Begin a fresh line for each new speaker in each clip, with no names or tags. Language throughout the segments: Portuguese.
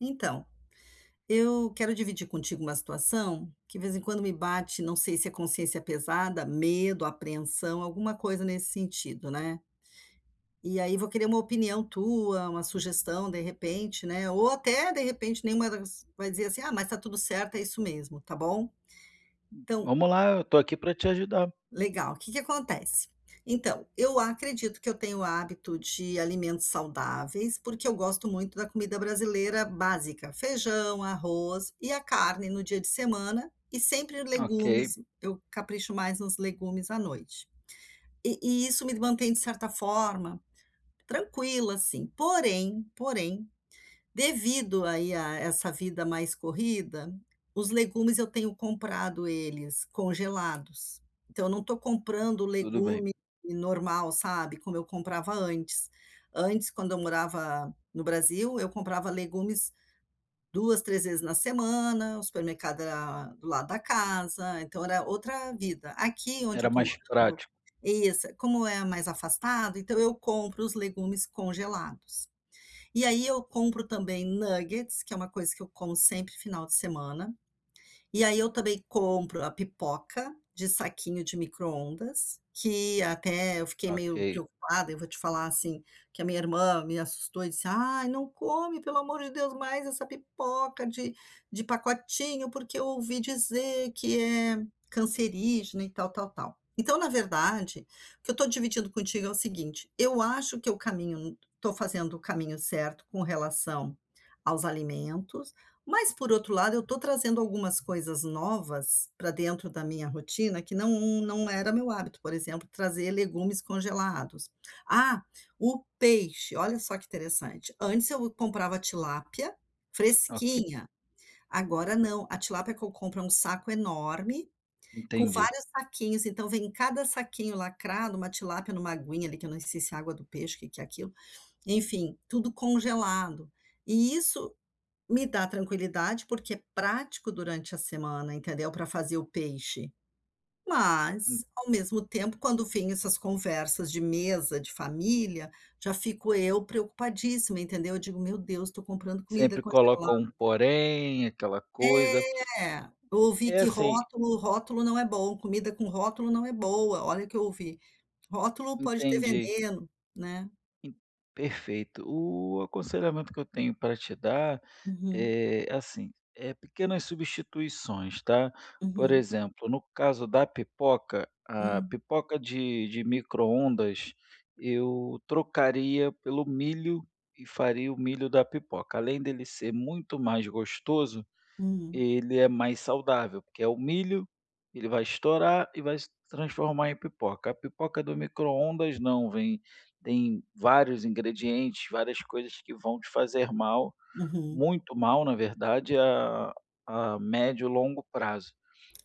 Então, eu quero dividir contigo uma situação que de vez em quando me bate, não sei se é consciência pesada, medo, apreensão, alguma coisa nesse sentido, né. E aí vou querer uma opinião tua, uma sugestão de repente, né, ou até de repente nenhuma das vai dizer assim: "Ah, mas está tudo certo, é isso mesmo", tá bom? Então.
"Vamos lá, eu tô aqui para te ajudar."
Legal. O que que acontece? Então, eu acredito que eu tenho o hábito de alimentos saudáveis, porque eu gosto muito da comida brasileira básica, feijão, arroz e a carne no dia de semana, e sempre
"Ok,
legumes, eu capricho mais nos legumes à noite. E isso me mantém, de certa forma, tranquila, assim. Porém, devido aí a essa vida mais corrida, os legumes eu tenho comprado eles congelados. Então eu não estou comprando
tudo bem."
legume normal, sabe, como eu comprava antes. Antes, quando eu morava no Brasil, eu comprava legumes 2, 3 vezes na semana, o supermercado era do lado da casa, então era outra vida. Aqui onde eu
Era
estou
mais
morando
prático.
isso, como é mais afastado, então eu compro os legumes congelados. E aí eu compro também nuggets, que é uma coisa que eu como sempre final de semana. E aí eu também compro a pipoca de saquinho de micro-ondas, que até eu fiquei
"Ok,
meio preocupada, eu vou te falar, assim, que a minha irmã me assustou e disse: "Ai, não come, pelo amor de Deus, mais essa pipoca de pacotinho, porque eu ouvi dizer que é cancerígena e tal, tal, tal". Então, na verdade, o que eu estou dividindo contigo é o seguinte, eu acho que o caminho estou fazendo o caminho certo com relação aos alimentos, mas, por outro lado, eu estou trazendo algumas coisas novas para dentro da minha rotina que não era meu hábito, por exemplo, trazer legumes congelados. Ah, o peixe, olha só que interessante. Antes eu comprava tilápia
ok,
fresquinha, agora não. A tilápia que eu compro é um saco enorme, com
entendi."
vários saquinhos, então vem em cada saquinho lacrado uma tilápia numa aguinha ali, que eu não sei se é água do peixe, o que que é aquilo. Enfim, tudo congelado. E isso me dá tranquilidade, porque é prático durante a semana, entendeu, para fazer o peixe.
Hum,
Mas, ao mesmo tempo, quando vem essas conversas de mesa, de família, já fico eu preocupadíssima, entendeu. Eu digo: "Meu Deus, estou comprando comida
sempre
congelada".
colocam um porém, aquela coisa.
É, eu ouvi
É
que
assim,
rótulo não é bom, comida com rótulo não é boa, olha o que eu ouvi. Rótulo pode ter
entendi.
veneno, né.
Perfeito. O aconselhamento que eu tenho para te dar
Uhum,
é assim, é pequenas substituições, tá? Por
uhum,
exemplo, no caso da pipoca, a
hum,
pipoca de micro-ondas eu trocaria pelo milho e faria o milho da pipoca. Além dele ser muito mais gostoso,
hum,
ele é mais saudável, porque é o milho, ele vai estourar e vai se transformar em pipoca. A pipoca do micro-ondas não, vem tem vários ingredientes, várias coisas que vão te fazer mal,
uhum.
muito mal, na verdade, a médio e longo prazo.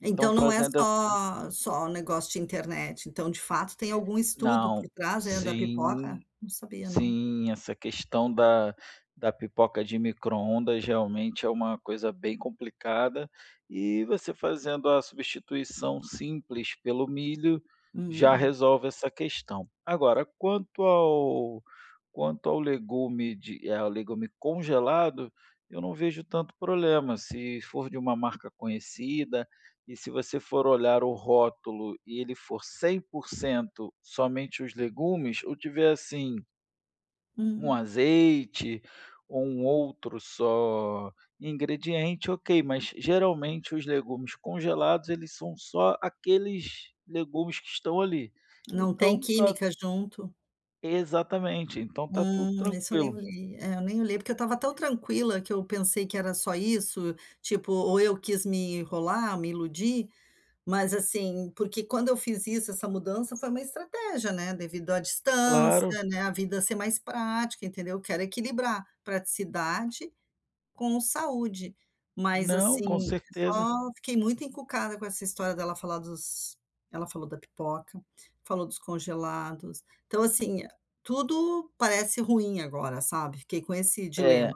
Então
Então não é
fazendo essa
só negócio de internet, então de fato tem algum estudo
não.
por trás, é, da pipoca?
Sim.
Não sabia não.
Sim, essa questão da pipoca de micro-ondas realmente é uma coisa bem complicada, e você fazendo a substituição simples pelo milho, já
Hum,
resolve essa questão. Agora, quanto ao legume de ao legume congelado, eu não vejo tanto problema, se for de uma marca conhecida, e se você for olhar o rótulo e ele for 100% somente os legumes, ou tiver assim um
hum.
azeite ou um outro só ingrediente, ok, mas geralmente os legumes congelados, eles são só aqueles legumes que estão ali.
Não tem
Então tá
química junto?
exatamente, então tá tudo
Isso eu nem
tranquilo.
olhei. É, eu nem olhei, porque eu estava tão tranquila que eu pensei que era só isso, tipo, ou eu quis me enrolar, me iludir, mas assim, porque quando eu fiz isso, essa mudança foi uma estratégia, né, devido à
Claro,
distância, né, a vida ser mais prática, entendeu? Eu quero equilibrar praticidade com saúde, mas
não, com
assim,
certeza.
só fiquei muito encucada com essa história dela falar dos ela falou da pipoca, falou dos congelados, então assim, tudo parece ruim agora, sabe, fiquei com esse dilema.
É,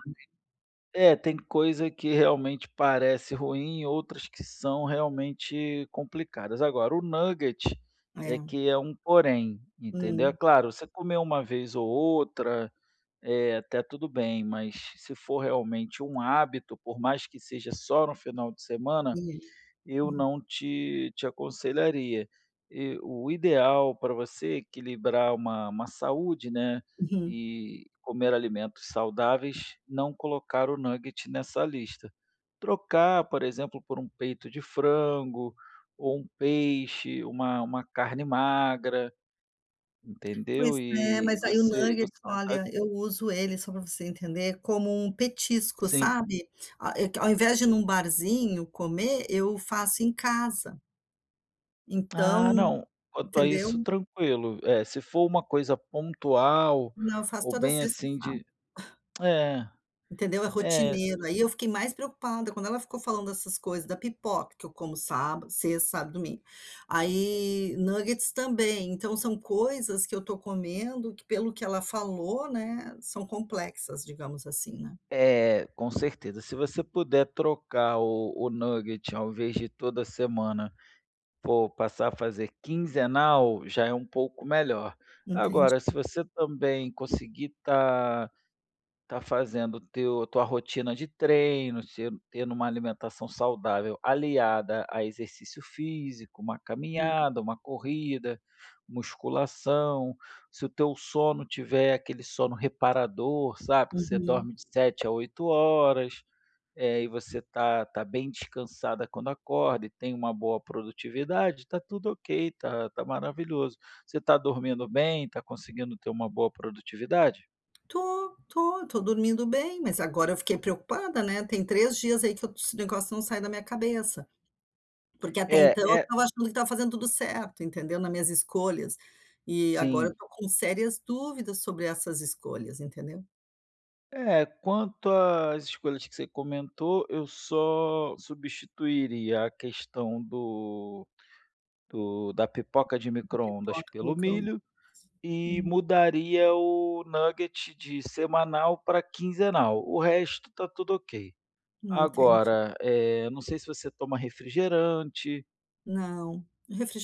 é, tem coisa que realmente parece ruim, outras que são realmente complicadas. Agora, o nugget é
É,
que é um porém, entendeu? É
hum,
claro, você comeu uma vez ou outra, é, até tudo bem, mas se for realmente um hábito, por mais que seja só no final de semana,
e
eu
hum,
não te aconselharia. E o ideal para você é equilibrar uma saúde, né,
uhum.
e comer alimentos saudáveis, não colocar o nugget nessa lista. Trocar, por exemplo, por um peito de frango ou um peixe, uma carne magra, entendeu?
Pois é,
E
mas aí o
você
nuggets,
tentar
olha, eu uso ele, só para você entender, como um petisco,
sim.
sabe, a é que ao invés de ir num barzinho comer, eu faço em casa, então,
Ah, não. Quanto a isso,
entendeu?
tranquilo. É, se for uma coisa pontual
Não, eu faço
ou
toda
bem
sexta e
assim
sábado,
de é,
entendeu, é
é,
rotineiro. Aí eu fiquei mais preocupada quando ela ficou falando dessas coisas, da pipoca, que eu como sábado sexta, sábado, domingo. Aí nuggets também, então são coisas que eu tô comendo que pelo que ela falou, né, são complexas, digamos assim, né.
é, com certeza. Se você puder trocar o nugget, ao invés de toda semana, for passar a fazer quinzenal, já é um pouco melhor.
Entendi.
Agora, se você também conseguir estar tá fazendo teu tua rotina de treino, se tendo uma alimentação saudável aliada a exercício físico, uma caminhada, uma corrida, musculação, se o teu sono tiver aquele sono reparador, sabe, que você
Uhum.
dorme de 7 a 8 horas, e você tá tá bem descansada quando acorda e tem uma boa produtividade, tá tudo ok, tá tá maravilhoso. Você tá dormindo bem, tá conseguindo ter uma boa produtividade?
Tô, dormindo bem, mas agora eu fiquei preocupada, né, tem 3 dias aí que eu esse negócio não sai da minha cabeça. Porque até
É,
então eu
é
estava achando que estava fazendo tudo certo, entendeu, nas minhas escolhas. E agora eu
sim.
estou com sérias dúvidas sobre essas escolhas, entendeu.
É, quanto às escolhas que você comentou, eu só substituiria a questão do da pipoca de
A
micro-ondas
pipoca no
pelo
micro-ondas.
milho e
Hum,
mudaria o nugget de semanal para quinzenal. O resto tá tudo ok.
entendi.
Agora, não sei se você toma refrigerante.
Não,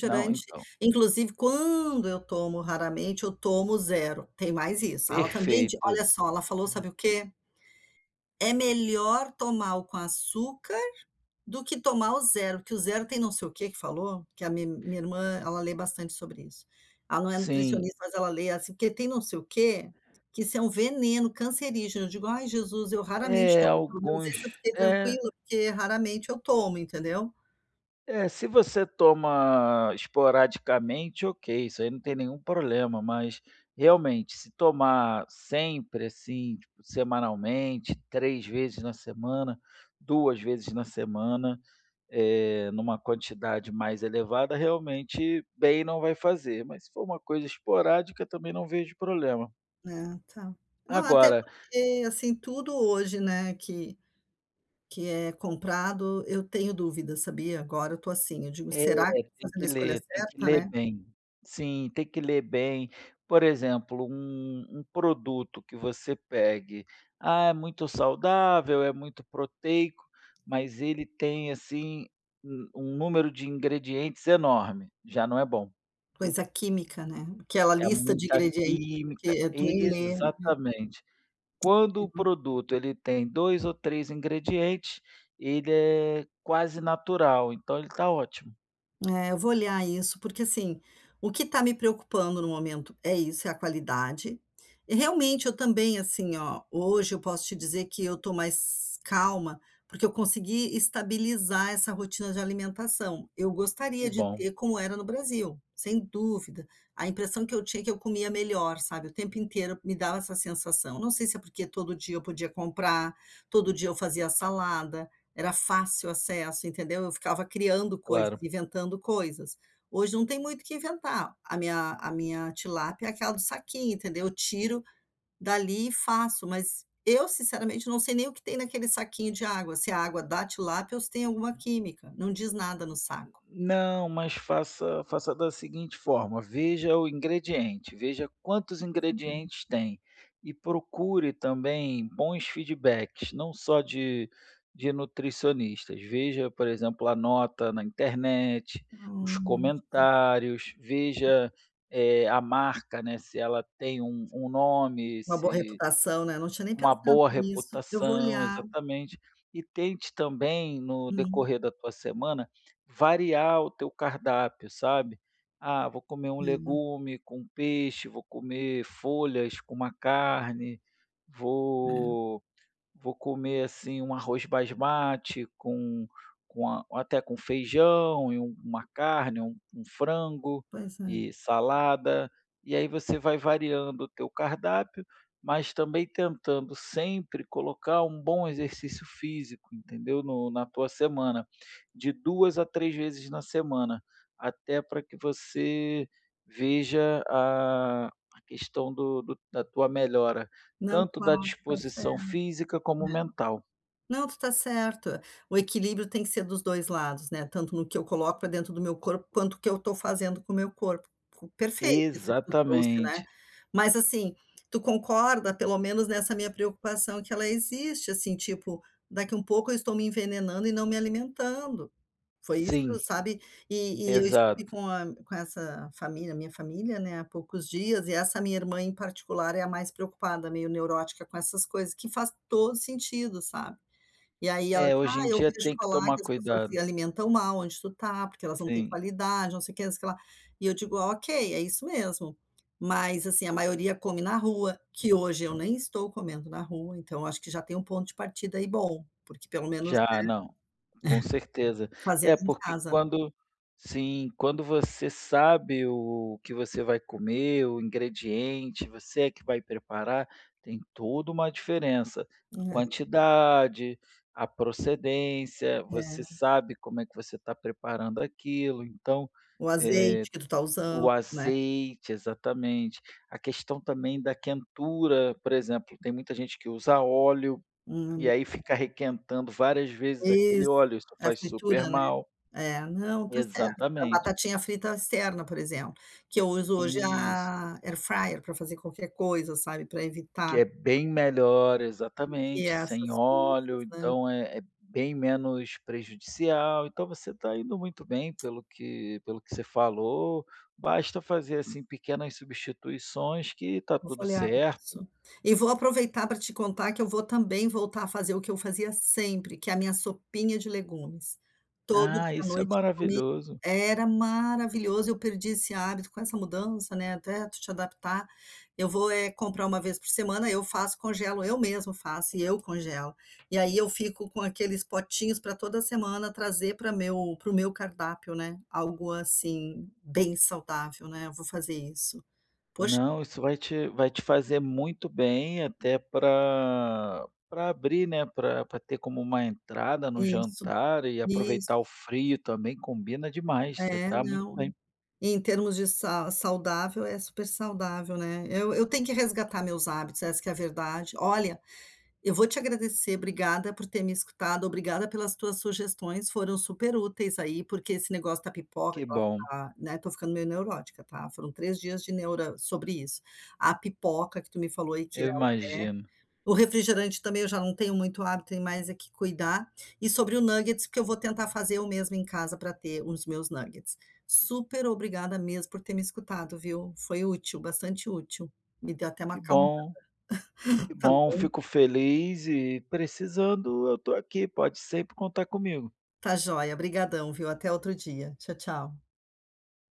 Não, então,
inclusive quando eu tomo raramente, eu tomo zero. Tem mais isso. Ela também di olha
perfeito.
só, ela falou sabe o quê? "É melhor tomar o com açúcar do que tomar o zero, que o zero tem não sei o que que falou, que a mi minha irmã, ela lê bastante sobre isso. Ela não é
Sim,
nutricionista, mas ela lê, assim, porque tem não sei o que que isso é um veneno cancerígeno. Eu digo: "Ai, Jesus, eu raramente
é,
tomo", pelo menos esse eu
alguns
fiquei
é
tranquila, porque raramente eu tomo, entendeu.
é, se você toma esporadicamente, ok, isso aí não tem nenhum problema, mas realmente, se tomar sempre, assim, tipo, semanalmente, 3 vezes na semana, 2 vezes na semana, numa quantidade mais elevada, realmente bem não vai fazer, mas se for uma coisa esporádica, também não vejo problema.
É, tá. Não, até
Agora,
porque, assim, tudo hoje, né, que é comprado, eu tenho dúvida, sabia? Agora eu tô assim, eu digo:
é,
"Será que eu tô fazendo a escolha
tem que
certa,
ler
né?"
bem. Sim, tem que ler bem. Por exemplo, um produto que você pegue, ah, é muito saudável, é muito proteico, mas ele tem, assim, um número de ingredientes enorme, já não é bom.
Coisa química, né, aquela
É
lista de
muita
ingredientes que
química
eh, tu nem lê.
exatamente. Quando o produto ele tem 2 ou 3 ingredientes, ele é quase natural, então ele está ótimo.
É, eu vou olhar isso, porque assim, o que está me preocupando no momento é isso, é a qualidade. E realmente eu também, assim, ó, hoje eu posso te dizer que eu estou mais calma, porque eu consegui estabilizar essa rotina de alimentação. Eu
Que
gostaria de
bom,
ter como era no Brasil, sem dúvida. A impressão que eu tinha é que eu comia melhor, sabe? O tempo inteiro me dava essa sensação. Não sei se é porque todo dia eu podia comprar, todo dia eu fazia salada. Era fácil acesso, entendeu? Eu ficava criando coisas,
claro.
inventando coisas. Hoje não tem muito o que inventar. A minha tilápia é aquela do saquinho, entendeu? Eu tiro dali e faço, mas eu sinceramente não sei nem o que tem naquele saquinho de água, se é a água da tilápia ou se tem alguma química, não diz nada no saco.
Não, mas faça da seguinte forma: veja o ingrediente, veja quantos ingredientes tem e procure também bons feedbacks, não só de nutricionistas. Veja, por exemplo, a nota na internet, os
Hum,
comentários, veja, a marca, né, se ela tem um nome,
uma boa
se
reputação, né, não tinha nem
uma
pensado
boa
nisso. Eu vou
reputação,
olhar.
exatamente. E tente também, no
Hum,
decorrer da tua semana, variar o teu cardápio, sabe. Ah, vou comer um
é,
legume com peixe, vou comer folhas com uma carne,
é,
vou vou comer, assim, um arroz basmati com a até com feijão e uma carne, um frango
pois é.
e salada. E aí você vai variando o teu cardápio, mas também tentando sempre colocar um bom exercício físico, entendeu, no na tua semana, de 2 a 3 vezes na semana, até para que você veja a questão do do da tua melhora
Não,
tanto
claro,
da
tá cer
disposição física como mental.
não, tu está certo. O equilíbrio tem que ser dos 2 lados, né, tanto no que eu coloco para dentro do meu corpo, quanto o que eu estou fazendo com o meu corpo. Co Perfeito isso que tu trouxe, né.
Exatamente.
Mas, assim, tu concorda, pelo menos nessa minha preocupação, que ela existe, assim, tipo, daqui um pouco eu estou me envenenando e não me alimentando. Foi isso,
Sim,
sabe. E eu
exato.
estive com essa família, minha família, né, há poucos dias, e essa minha irmã em particular é a mais preocupada, meio neurótica com essas coisas, que faz todo sentido, sabe. E aí ela
É,
disse:
hoje em
"Ah, eu
dia
vejo
tem que
falar que
tomar
as pessoas se
cuidado.
alimentam mal onde tu tá, porque elas não têm
Sim,
qualidade, não sei o que, não sei o que lá". E eu digo: "Ok, é isso mesmo". Mas, assim, a maioria come na rua, que hoje eu nem estou comendo na rua, então acho que já tem um ponto de partida aí bom, porque pelo menos, né,
já não, com certeza.
fazendo
É
em
porque
casa,
quando sim, quando você sabe o que você vai comer, o ingrediente, você é que vai preparar, tem toda uma diferença. A
né.
quantidade, a procedência,
É,
você sabe como é que você está preparando aquilo, então,
o
eh,
azeite que tu tá usando,
o
né.
azeite, exatamente. A questão também da quentura, por exemplo, tem muita gente que usa óleo, e
Hum,
aí fica requentando várias vezes aquele
isso,
óleo, isso
a
faz super
fritura, né.
mal.
É, não, tá certo. A
Exatamente.
batatinha frita externa, por exemplo, que eu uso hoje é
Isso.
a air fryer para fazer qualquer coisa, sabe, para
Que
evitar
é bem melhor,
que
exatamente, sem
essas
óleo,
coisas, né.
então é bem menos prejudicial. Então você está indo muito bem pelo que você falou, basta fazer, assim, pequenas substituições que está
Eu vou
tudo
olhar
certo.
isso. E vou aproveitar para te contar que eu vou também voltar a fazer o que eu fazia sempre, que é a minha sopinha de legumes. Todo
Ah,
dia à
isso é
noite
maravilhoso.
era maravilhoso, eu perdi esse hábito com essa mudança, né, até tu te adaptar. Eu vou, comprar uma vez por semana, eu faço, congelo, eu mesmo faço e eu congelo. E aí eu fico com aqueles potinhos para toda semana trazer para meu para o meu cardápio, né, algo assim, bem saudável, né, eu vou fazer isso. Poxa
Não, isso vai te fazer muito bem até para abrir, né. Para ter como uma entrada no
isso,
jantar e
isso.
aproveitar o frio também combina demais, você
É,
tá muito
não.
bem.
Em termos de sa saudável, é super saudável, né. Eu tenho que resgatar meus hábitos, essa que é a verdade. Olha eu vou te agradecer, obrigada por ter me escutado, obrigada pelas tuas sugestões, foram super úteis aí, porque esse negócio da pipoca, que
Que
ela
bom,
tá, né, tô ficando meio neurótica, tá, foram 3 dias de neura sobre isso. A pipoca que tu me falou aí que é
eu imagino.
o refrigerante também eu já não tenho muito hábito, tem mais é que cuidar. E sobre o nuggets, porque eu vou tentar fazer eu mesma em casa para ter os meus nuggets. Super obrigada mesmo por ter me escutado, viu, foi útil, bastante útil. Me deu até uma
Que
calma
bom, que bom,
também.
fico feliz e precisando eu tô aqui, pode sempre contar comigo.
Tá joia, brigadão, viu? Até outro dia. Tchau, tchau.